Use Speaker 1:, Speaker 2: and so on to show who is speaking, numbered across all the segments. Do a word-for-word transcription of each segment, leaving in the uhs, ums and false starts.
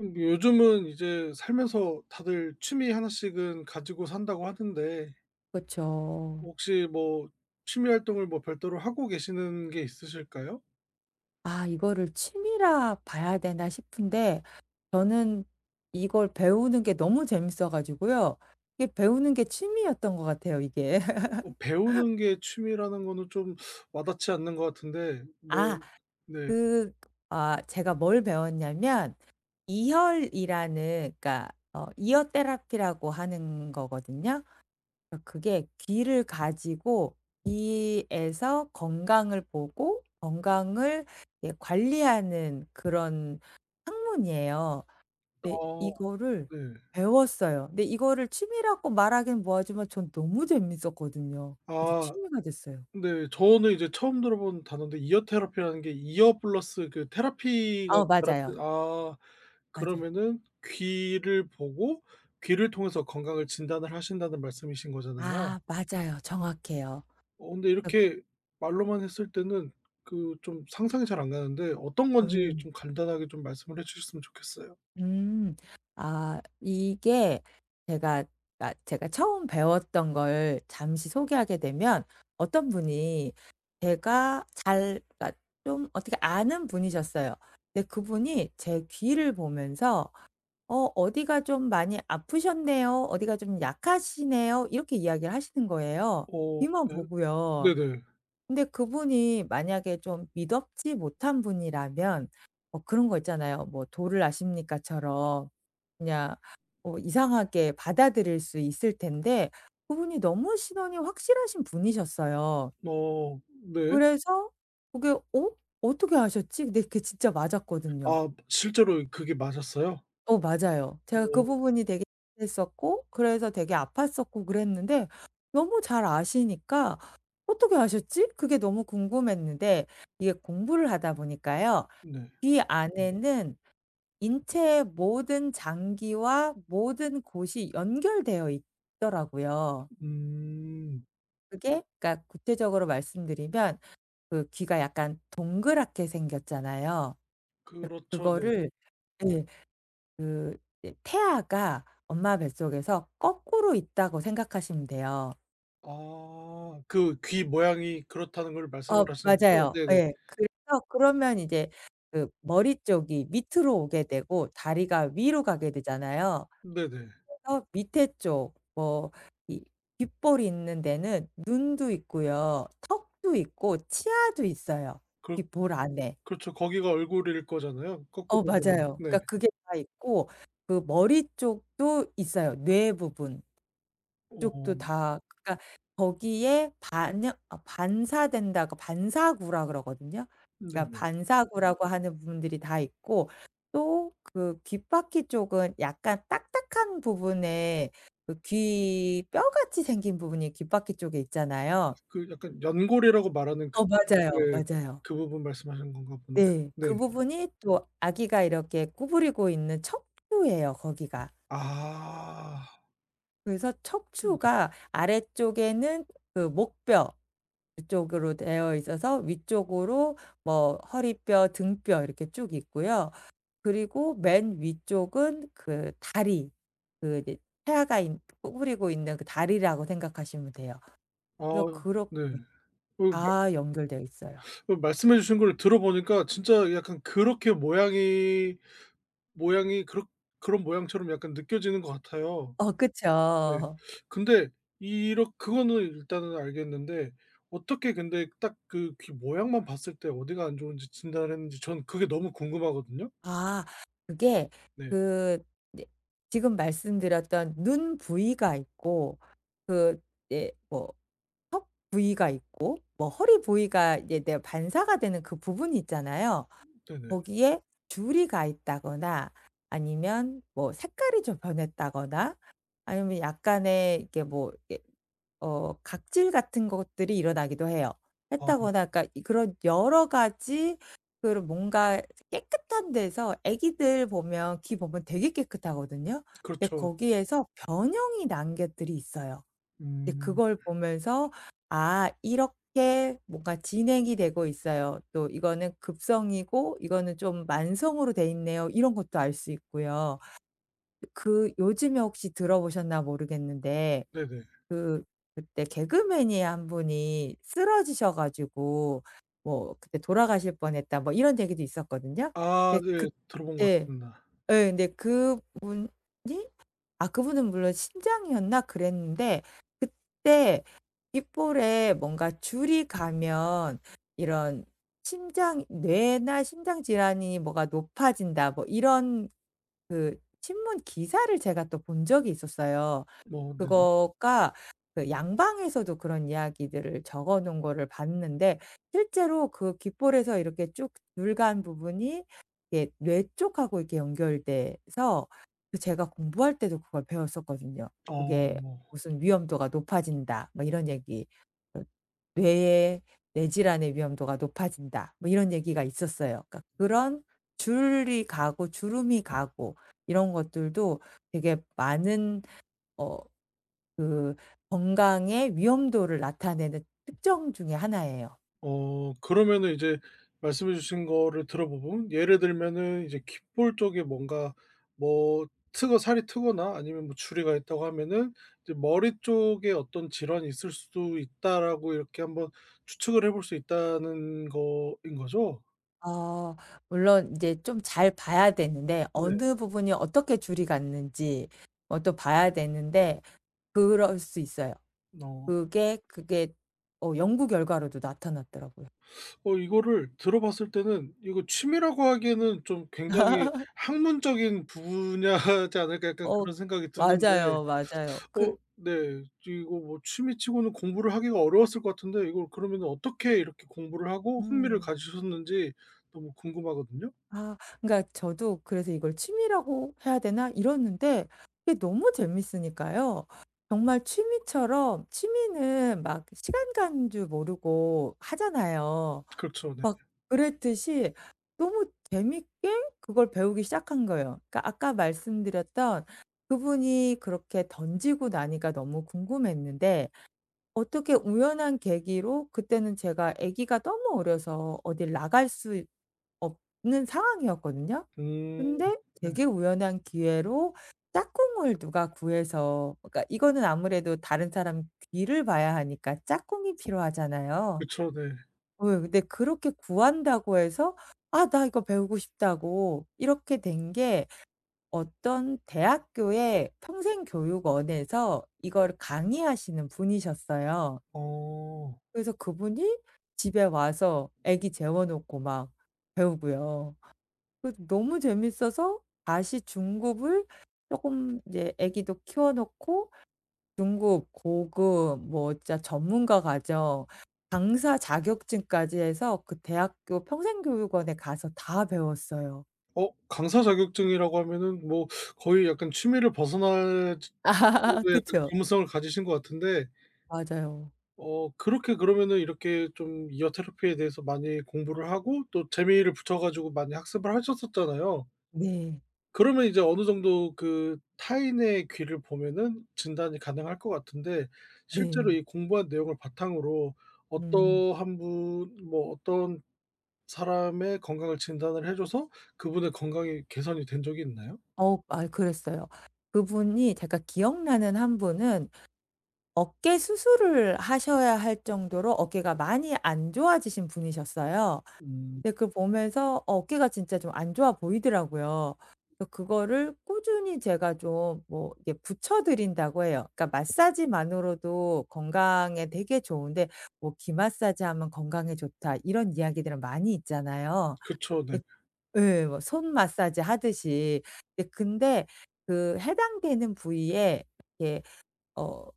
Speaker 1: 음 요즘은 이제 살면서 다들 취미 하나씩은 가지고 산다고 하는데
Speaker 2: 그쵸.
Speaker 1: 혹시 뭐 취미 활동을 뭐 별도로 하고 계시는 게 있으실까요?
Speaker 2: 아 이거를 취미라 봐야 되나 싶은데 저는 이걸 배우는 게 너무 재밌어 가지고요. 이게 배우는 게 취미였던 것 같아요 이게.
Speaker 1: 뭐 배우는 게 취미라는 거는 좀 와닿지 않는 것 같은데 뭐
Speaker 2: 아
Speaker 1: 네.
Speaker 2: 그 아 제가 뭘 배웠냐면 이혈이라는, 그러니까 어 이어 테라피라고 하는 거거든요. 그게 귀를 가지고 귀에서 건강을 보고 건강을, 예, 관리하는 그런 학문이에요. 네.
Speaker 1: 아
Speaker 2: 이거를
Speaker 1: 네.
Speaker 2: 배웠어요. 근데 이거를 취미라고 말하긴 뭐하지만 전 너무 재밌었거든요. 그래서
Speaker 1: 아
Speaker 2: 취미가 됐어요.
Speaker 1: 네. 저는 이제 처음 들어본 단어인데 이어 테라피라는 게 이어 플러스 그 테라피가
Speaker 2: 어
Speaker 1: 결합된
Speaker 2: 맞아요.
Speaker 1: 아
Speaker 2: 맞아요.
Speaker 1: 그러면은 귀를 보고 귀를 통해서 건강을 진단을 하신다는 말씀이신 거잖아요.
Speaker 2: 아 맞아요. 정확해요.
Speaker 1: 어 근데 이렇게 말로만 했을 때는 그 좀 상상이 잘 안 가는데 어떤
Speaker 2: 아,
Speaker 1: 건지
Speaker 2: 음.
Speaker 1: 좀 간단하게 좀 말씀을 해 주셨으면 좋겠어요.
Speaker 2: 음. 아 이게 제가, 아, 제가 처음 배웠던 걸 잠시 소개하게 되면 어떤 분이, 제가 잘, 아, 좀 어떻게 아는 분이셨어요. 근데 그분이 제 귀를 보면서 어 "어디가 좀 많이 아프셨네요. 어디가 좀 약하시네요." 이렇게 이야기를 하시는 거예요.
Speaker 1: 어
Speaker 2: 귀만
Speaker 1: 네.
Speaker 2: 보고요.
Speaker 1: 네네.
Speaker 2: 근데 그분이 만약에 좀 미덥지 못한 분이라면, 어 그런 거 있잖아요. 뭐 "도를 아십니까?"처럼 그냥 어 이상하게 받아들일 수 있을 텐데 그분이 너무 신원이 확실하신 분이셨어요.
Speaker 1: 어 네.
Speaker 2: 그래서 그게 '어? 어떻게 아셨지?' 근데 그게 진짜 맞았거든요.
Speaker 1: 아 실제로 그게 맞았어요?
Speaker 2: 어 맞아요.
Speaker 1: 어
Speaker 2: 제가 그 부분이 되게 했었고 그래서 되게 아팠었고 그랬는데 너무 잘 아시니까 '어떻게 아셨지?' 그게 너무 궁금했는데 이게 공부를 하다 보니까요.
Speaker 1: 네.
Speaker 2: 귀 네. 안에는 인체의 모든 장기와 모든 곳이 연결되어 있더라고요.
Speaker 1: 음.
Speaker 2: 그게, 그러니까 구체적으로 말씀드리면 그 귀가 약간 동그랗게 생겼잖아요. 그
Speaker 1: 그렇죠. 네.
Speaker 2: 그거를, 예. 그 이 태아가 엄마 뱃속에서 거꾸로 있다고 생각하시면 돼요.
Speaker 1: 아 그 귀 모양이 그렇다는 걸 말씀을
Speaker 2: 어
Speaker 1: 하시는 거죠?
Speaker 2: 맞아요.
Speaker 1: 네네.
Speaker 2: 예. 그래서 그러면 이제 그 머리 쪽이 밑으로 오게 되고 다리가 위로 가게 되잖아요.
Speaker 1: 네네.
Speaker 2: 그래서 밑에 쪽 뭐 이 귓볼이 있는 데는 눈도 있고요. 턱도 있고 치아도 있어요,
Speaker 1: 그렇
Speaker 2: 귓볼 안에.
Speaker 1: 그렇죠. 거기가 얼굴일 거잖아요,
Speaker 2: 어
Speaker 1: 거꾸로 보면은.
Speaker 2: 맞아요.
Speaker 1: 네.
Speaker 2: 그러니까 그게 다 있고 그 머리 쪽도 있어요, 뇌 부분. 쪽도
Speaker 1: 어
Speaker 2: 다 그러니까 거기에 반영 아 반사된다고 반사구라 그러거든요. 그러니까
Speaker 1: 네네.
Speaker 2: 반사구라고 하는 부분들이 다 있고 또 그 귓바퀴 쪽은 약간 딱딱한 부분에 그 귀 뼈같이 생긴 부분이 귓바퀴 쪽에 있잖아요.
Speaker 1: 그 약간 연골이라고 말하는
Speaker 2: 어
Speaker 1: 그쪽.
Speaker 2: 맞아요,
Speaker 1: 네.
Speaker 2: 맞아요.
Speaker 1: 그 부분 말씀하시는 건가 본데.
Speaker 2: 네.
Speaker 1: 네.
Speaker 2: 그
Speaker 1: 아.
Speaker 2: 부분이 또 아기가 이렇게 구부리고 있는 척추예요, 거기가. 그래서
Speaker 1: 네.
Speaker 2: 척추가 아래쪽에는 그 목뼈 위쪽으로 되어 있어서 위쪽으로 뭐 허리뼈, 등뼈 이렇게 쭉 있고요. 그리고 맨 위쪽은 그 다리, 그 이제 태아가 있 구부리고 있는 그 다리라고 생각하시면 돼요.
Speaker 1: 아
Speaker 2: 그래서 그렇게
Speaker 1: 네. 그 말
Speaker 2: 다 연결되어 있어요.
Speaker 1: 그 말씀해 주신 걸 들어보니까 진짜 약간 그렇게 모양이 모양이 그렇 그런 모양처럼 약간 느껴지는 것 같아요.
Speaker 2: 어
Speaker 1: 네.
Speaker 2: 그쵸.
Speaker 1: 근데 이렇 그거는 일단은 알겠는데 어떻게 근데 딱 그 귀 모양만 봤을 때 어디가 안 좋은지 진단을 했는지 저는 그게 너무 궁금하거든요.
Speaker 2: 아 그게
Speaker 1: 네.
Speaker 2: 그 이제 지금 말씀드렸던 눈 부위가 있고 그 이제 뭐 턱 부위가 있고 뭐 허리 부위가 이제 내 반사가 되는 그 부분이 있잖아요.
Speaker 1: 네네.
Speaker 2: 거기에 줄이 가 있다거나 아니면 뭐 색깔이 좀 변했다거나 아니면 약간의 이게 뭐 이게 어 각질 같은 것들이 일어나기도 해요.
Speaker 1: 아
Speaker 2: 했다거나 그러니까 이 그런 여러 가지 그런 뭔가 깨끗한 데서 애기들 보면 귀 보면 되게 깨끗하거든요. 근데
Speaker 1: 그렇죠.
Speaker 2: 거기에서 변형이 난 것들이 있어요. 이제
Speaker 1: 음.
Speaker 2: 그걸 보면서 '아 이렇게 뭔가 진행이 되고 있어요. 또 이거는 급성이고 이거는 좀 만성으로 돼 있네요.' 이런 것도 알 수 있고요. 그 요즘에 혹시 들어보셨나 모르겠는데
Speaker 1: 네네.
Speaker 2: 그 그때 개그맨이 한 분이 쓰러지셔 가지고 뭐 그때 "돌아가실 뻔했다." 뭐 이런 얘기도 있었거든요.
Speaker 1: 아
Speaker 2: 근데
Speaker 1: 네.
Speaker 2: 그
Speaker 1: 들어본
Speaker 2: 예.
Speaker 1: 것 같습니다.
Speaker 2: 예. 근데 그분이, 아 그분은 물론 신장이었나 그랬는데 그때 귓볼에 뭔가 줄이 가면 이런 심장 뇌나 심장 질환이 뭐가 높아진다 뭐 이런 그 신문 기사를 제가 또 본 적이 있었어요.
Speaker 1: 뭐 네네.
Speaker 2: 그거가 그 양방에서도 그런 이야기들을 적어 놓은 거를 봤는데 실제로 그 귓볼에서 이렇게 쭉 줄간 부분이 이게 뇌 쪽하고 이렇게 연결돼서 그 제가 공부할 때도 그걸 배웠었거든요.
Speaker 1: 어.
Speaker 2: 그게 무슨 "위험도가 높아진다." 뭐 이런 얘기. 어 "뇌의 뇌질환의 위험도가 높아진다." 뭐 이런 얘기가 있었어요. 그러니까 그런 줄이 가고 주름이 가고 이런 것들도 되게 많은 어 그 건강의 위험도를 나타내는 특정 중에 하나예요.
Speaker 1: 어 그러면은 이제 말씀해 주신 거를 들어보면 예를 들면은 이제 귓볼 쪽에 뭔가 뭐 트거 살이 트거나 아니면 뭐 주리가 있다고 하면은 이제 '머리 쪽에 어떤 질환이 있을 수도 있다.'라고 이렇게 한번 추측을 해볼 수 있다는 거인 거죠?
Speaker 2: 어 물론 이제 좀 잘 봐야 되는데
Speaker 1: 네.
Speaker 2: 어느 부분이 어떻게 줄이 갔는지 어 또 봐야 되는데 그럴 수 있어요.
Speaker 1: 어.
Speaker 2: 그게 그게 어 연구 결과로도 나타났더라고요.
Speaker 1: 어 이거를 들어봤을 때는 이거 취미라고 하기에는 좀 굉장히 학문적인 분야지 않을까 약간
Speaker 2: 어
Speaker 1: 그런 생각이 드는데
Speaker 2: 맞아요, 맞아요.
Speaker 1: 어
Speaker 2: 그
Speaker 1: 네. 이거 뭐 취미치고는 공부를 하기가 어려웠을 것 같은데 이걸 그러면은 어떻게 이렇게 공부를 하고 흥미를
Speaker 2: 음.
Speaker 1: 가지셨는지 너무 궁금하거든요.
Speaker 2: 아 그러니까 저도 그래서 이걸 취미라고 해야 되나 이러는데 이게 너무 재밌으니까요. 정말 취미처럼 취미는 막 시간 가는 줄 모르고 하잖아요.
Speaker 1: 그렇죠. 네.
Speaker 2: 막 그랬듯이 너무 재밌게 그걸 배우기 시작한 거예요. 그러니까 아까 말씀드렸던 그분이 그렇게 던지고 나니까 너무 궁금했는데 어떻게 우연한 계기로 그때는 제가 아기가 너무 어려서 어딜 나갈 수 없는 상황이었거든요.
Speaker 1: 음.
Speaker 2: 근데
Speaker 1: 네.
Speaker 2: 되게 우연한 기회로 짝꿍을 누가 구해서, 그러니까 이거는 아무래도 다른 사람 귀를 봐야 하니까 짝꿍이 필요하잖아요.
Speaker 1: 그쵸. 네.
Speaker 2: 어 근데 그렇게 구한다고 해서 '아 나 이거 배우고 싶다.'고 이렇게 된 게 어떤 대학교의 평생교육원에서 이걸 강의하시는 분이셨어요.
Speaker 1: 어.
Speaker 2: 그래서 그분이 집에 와서 애기 재워 놓고 막 배우고요. 그 너무 재밌어서 다시 중급을 조금 이제 아기도 키워 놓고 중급, 고급 뭐 진짜 전문가 과정, 강사 자격증까지 해서 그 대학교 평생교육원에 가서 다 배웠어요.
Speaker 1: 어 강사 자격증이라고 하면은 뭐 거의 약간 취미를 벗어날 정도의 약간
Speaker 2: 그쵸.
Speaker 1: 전문성을 가지신 것 같은데
Speaker 2: 맞아요.
Speaker 1: 어 그렇게 그러면은 이렇게 좀 이어 테라피에 대해서 많이 공부를 하고 또 재미를 붙여 가지고 많이 학습을 하셨었잖아요.
Speaker 2: 네.
Speaker 1: 그러면 이제 어느 정도 그 타인의 귀를 보면은 진단이 가능할 것 같은데 실제로
Speaker 2: 네.
Speaker 1: 이 공부한 내용을 바탕으로
Speaker 2: 음.
Speaker 1: 어떠한 분 뭐 어떤 사람의 건강을 진단을 해 줘서 그분의 건강이 개선이 된 적이 있나요?
Speaker 2: 어 아 그랬어요. 그분이 제가 기억나는 한 분은 어깨 수술을 하셔야 할 정도로 어깨가 많이 안 좋아지신 분이셨어요.
Speaker 1: 음
Speaker 2: 근데 그걸 보면서 어깨가 진짜 좀 안 좋아 보이더라고요. 그래서 그거를 꾸준히 제가 좀 뭐 이게 붙여 드린다고 해요. 그러니까 마사지만으로도 건강에 되게 좋은데 뭐 "귀 마사지하면 건강에 좋다." 이런 이야기들은 많이 있잖아요.
Speaker 1: 그쵸. 네.
Speaker 2: 예. 예 뭐손 마사지 하듯이. 예. 근데 근데 그 해당되는 부위에 이렇게 어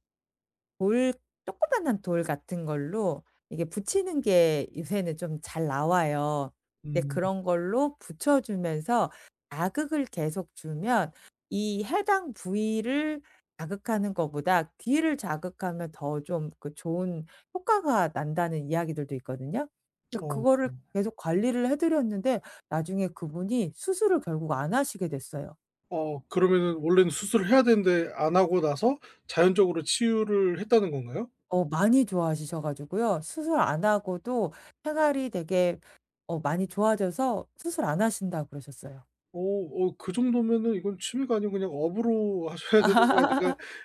Speaker 2: 돌, 조그만한 돌 같은 걸로 이게 붙이는 게 요새는 좀 잘 나와요. 근데
Speaker 1: 음.
Speaker 2: 그런 걸로 붙여 주면서 자극을 계속 주면 이 해당 부위를 자극하는 것보다 귀를 자극하면 더 좀 그 좋은 효과가 난다는 이야기들도 있거든요. 근데
Speaker 1: 어.
Speaker 2: 그거를 계속 관리를 해 드렸는데 나중에 그분이 수술을 결국 안 하시게 됐어요.
Speaker 1: 어 그러면은 원래는 수술을 해야 되는데 안 하고 나서 자연적으로 치유를 했다는 건가요?
Speaker 2: 어 많이 좋아시셔 가지고요. 수술 안 하고도 생활이 되게 어 많이 좋아져서 수술 안 하신다고 그러셨어요.
Speaker 1: 어 어 그 정도면은 이건 취미가 아니고 그냥 업으로 하셔야 되는 거 아닌가.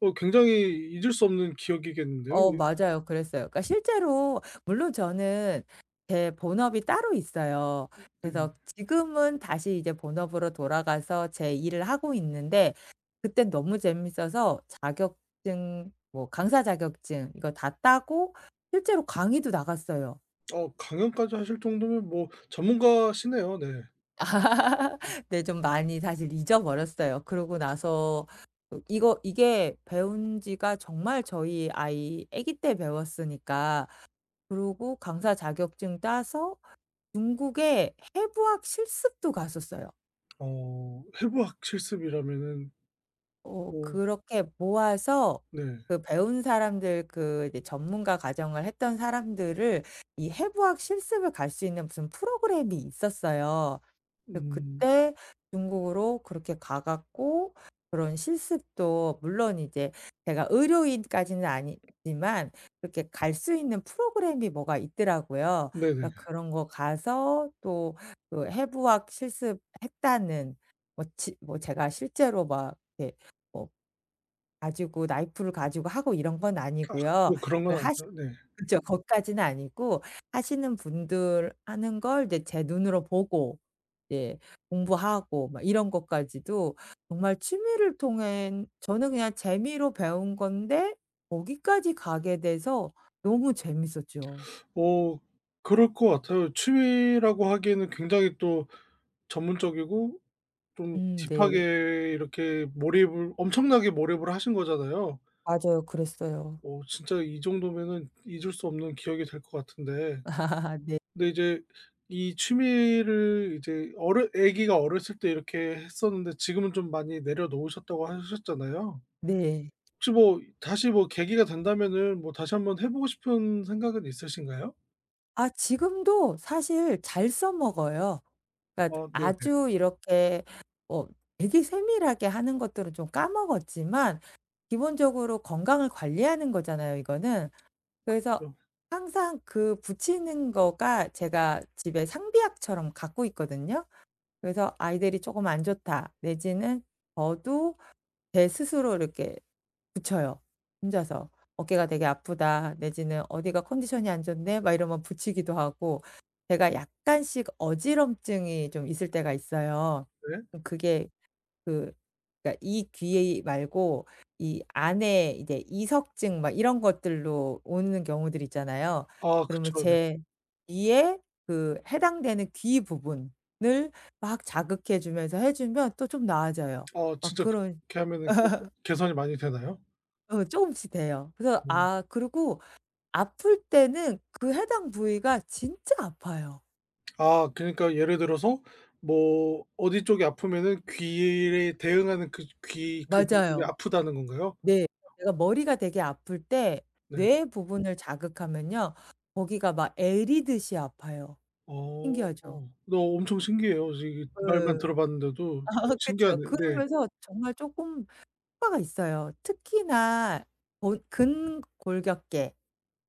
Speaker 1: 어 어 굉장히 잊을 수 없는 기억이겠는데요.
Speaker 2: 어
Speaker 1: 이
Speaker 2: 맞아요. 그랬어요. 그러니까 실제로 물론 저는 제 본업이 따로 있어요.
Speaker 1: 네.
Speaker 2: 그래서 지금은 다시 이제 본업으로 돌아가서 제 일을 하고 있는데 그땐 너무 재밌어서 자격증 뭐 강사 자격증 이거 다 따고 실제로 강의도 나갔어요.
Speaker 1: 어 강연까지 하실 정도면 뭐 전문가시네요. 네.
Speaker 2: 네 좀 많이 사실 잊어버렸어요. 그러고 나서 어 이거 이게 배운 지가 정말 저희 아이 아기 때 배웠으니까 그러고 강사 자격증 따서 중국에 해부학 실습도 갔었어요.
Speaker 1: 어 해부학 실습이라면은
Speaker 2: 어
Speaker 1: 어
Speaker 2: 그렇게 모아서
Speaker 1: 네.
Speaker 2: 그 배운 사람들 그 이제 전문가 과정을 했던 사람들을 이 해부학 실습을 갈 수 있는 무슨 프로그램이 있었어요. 근데
Speaker 1: 음
Speaker 2: 그때 중국으로 그렇게 가 갖고 그런 실습도 물론 이제 제가 의료인까지는 아니지만 그렇게 갈 수 있는 프로그램이 뭐가 있더라고요.
Speaker 1: 네네.
Speaker 2: 그러니까 그런 거 가서 또 그 해부학 실습했다는 뭐 지 뭐 제가 실제로 막 이렇게 뭐 가지고 나이프를 가지고 하고 이런 건 아니고요.
Speaker 1: 지금 그런
Speaker 2: 그
Speaker 1: 건
Speaker 2: 하시
Speaker 1: 아니죠. 네.
Speaker 2: 그죠 거기까지는 아니고 하시는 분들 하는 걸 이제 제 눈으로 보고 예 공부하고 막 이런 것까지도 정말 취미를 통한 저는 그냥 재미로 배운 건데 거기까지 가게 돼서 너무 재밌었죠.
Speaker 1: 어 그럴 것 같아요. 취미라고 하기에는 굉장히 또 전문적이고 좀
Speaker 2: 음 네.
Speaker 1: 딥하게 이렇게 몰입을 엄청나게 몰입을 하신 거잖아요.
Speaker 2: 맞아요. 그랬어요.
Speaker 1: 어 진짜 이 정도면은 잊을 수 없는 기억이 될 것 같은데
Speaker 2: 네.
Speaker 1: 근데 이제 이 취미를 이제 어르 아기가 어렸을 때 이렇게 했었는데 지금은 좀 많이 내려놓으셨다고 하셨잖아요.
Speaker 2: 네.
Speaker 1: 혹시 뭐 다시 뭐 계기가 된다면은 뭐 다시 한번 해 보고 싶은 생각은 있으신가요?
Speaker 2: 아 지금도 사실 잘 써먹어요. 그러니까
Speaker 1: 어 네네.
Speaker 2: 아주 이렇게 어 되게 세밀하게 하는 것들은 좀 까먹었지만 기본적으로 건강을 관리하는 거잖아요, 이거는. 그래서
Speaker 1: 그죠.
Speaker 2: 항상 그 붙이는 거가 제가 집에 상비약처럼 갖고 있거든요. 그래서 아이들이 조금 안 좋다 내지는 저도 제 스스로 이렇게 붙여요 혼자서. 어깨가 되게 아프다 내지는 어디가 컨디션이 안 좋네 막 이러면 붙이기도 하고 제가 약간씩 어지럼증이 좀 있을 때가 있어요.
Speaker 1: 네.
Speaker 2: 음 그게 그 그러니까 이 귀 말고 이 안에 이제 이석증 막 이런 것들로 오는 경우들 있잖아요.
Speaker 1: 아
Speaker 2: 그러면
Speaker 1: 그쵸. 네.
Speaker 2: 제 귀에 그 해당되는 귀 부분을 막 자극해 주면서 해 주면 또 좀 나아져요.
Speaker 1: 아
Speaker 2: 막
Speaker 1: 진짜
Speaker 2: 그런
Speaker 1: 그렇게 하면은 개선 개선이 많이 되나요?
Speaker 2: 어 쪼금씩 돼요. 그래서
Speaker 1: 어.
Speaker 2: 아 그리고 아플 때는 그 해당 부위가 진짜 아파요.
Speaker 1: 아 그러니까 예를 들어서 뭐 어디 쪽이 아프면은 귀에 대응하는 그 귀 그 부분이
Speaker 2: 맞아요.
Speaker 1: 아프다는 건가요?
Speaker 2: 네. 내가 머리가 되게 아플 때
Speaker 1: 네.
Speaker 2: 뇌 부분을 자극하면요. 거기가 막 애리듯이 아파요.
Speaker 1: 어.
Speaker 2: 신기하죠?
Speaker 1: 어. 너 엄청 신기해요. 지금 말만
Speaker 2: 예. 아
Speaker 1: 들어봤는데도 굉장히
Speaker 2: 그쵸.
Speaker 1: 신기하네요. 네.
Speaker 2: 그러면서 정말 쪼끔 효과가 있어요. 특히나 본 근골격계.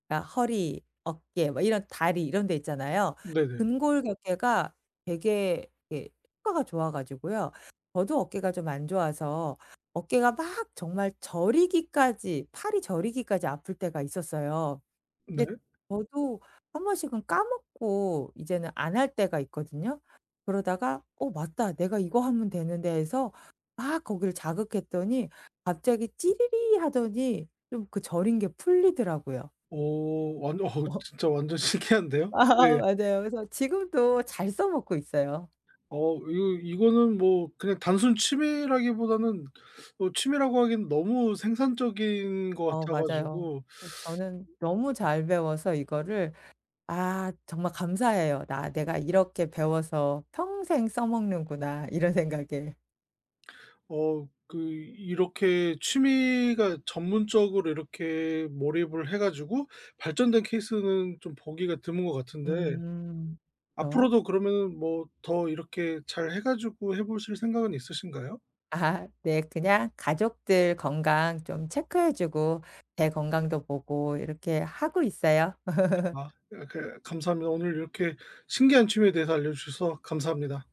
Speaker 2: 그러니까 허리, 어깨 뭐 이런 다리 이런 데 있잖아요.
Speaker 1: 네네.
Speaker 2: 근골격계가 되게 이게 효과가 좋아 가지고요. 저도 어깨가 좀 안 좋아서 어깨가 막 정말 저리기까지 팔이 저리기까지 아플 때가 있었어요.
Speaker 1: 네.
Speaker 2: 근데 저도 한 번씩은 까먹고 이제는 안 할 때가 있거든요. 그러다가 '어 맞다. 내가 이거 하면 되는데.' 해서 막 거기를 자극했더니 갑자기 찌리리 하더니 좀 그 저린 게 풀리더라고요.
Speaker 1: 어 완 어 진짜 완전 신기한데요?
Speaker 2: 아
Speaker 1: 네.
Speaker 2: 맞아요. 그래서 지금도 잘 써먹고 있어요.
Speaker 1: 어 이거 이거는 뭐 그냥 단순 취미라기보다는 어 취미라고 하기엔 너무 생산적인 것
Speaker 2: 어
Speaker 1: 같아
Speaker 2: 맞아요.
Speaker 1: 가지고
Speaker 2: 어 저는 너무 잘 배워서 이거를 아 정말 감사해요. '나 내가 이렇게 배워서 평생 써먹는구나.' 이런 생각에.
Speaker 1: 어 그 이렇게 취미가 전문적으로 이렇게 몰입을 해 가지고 발전된 케이스는 좀 보기가 드문 것 같은데
Speaker 2: 음. 그쵸.
Speaker 1: 앞으로도 그러면 뭐 더 이렇게 잘 해 가지고 해 보실 생각은 있으신가요?
Speaker 2: 아 네. 그냥 가족들 건강 좀 체크해 주고 제 건강도 보고 이렇게 하고 있어요.
Speaker 1: 아 예 그 감사합니다. 오늘 이렇게 신기한 취미에 대해서 알려 주셔서 감사합니다.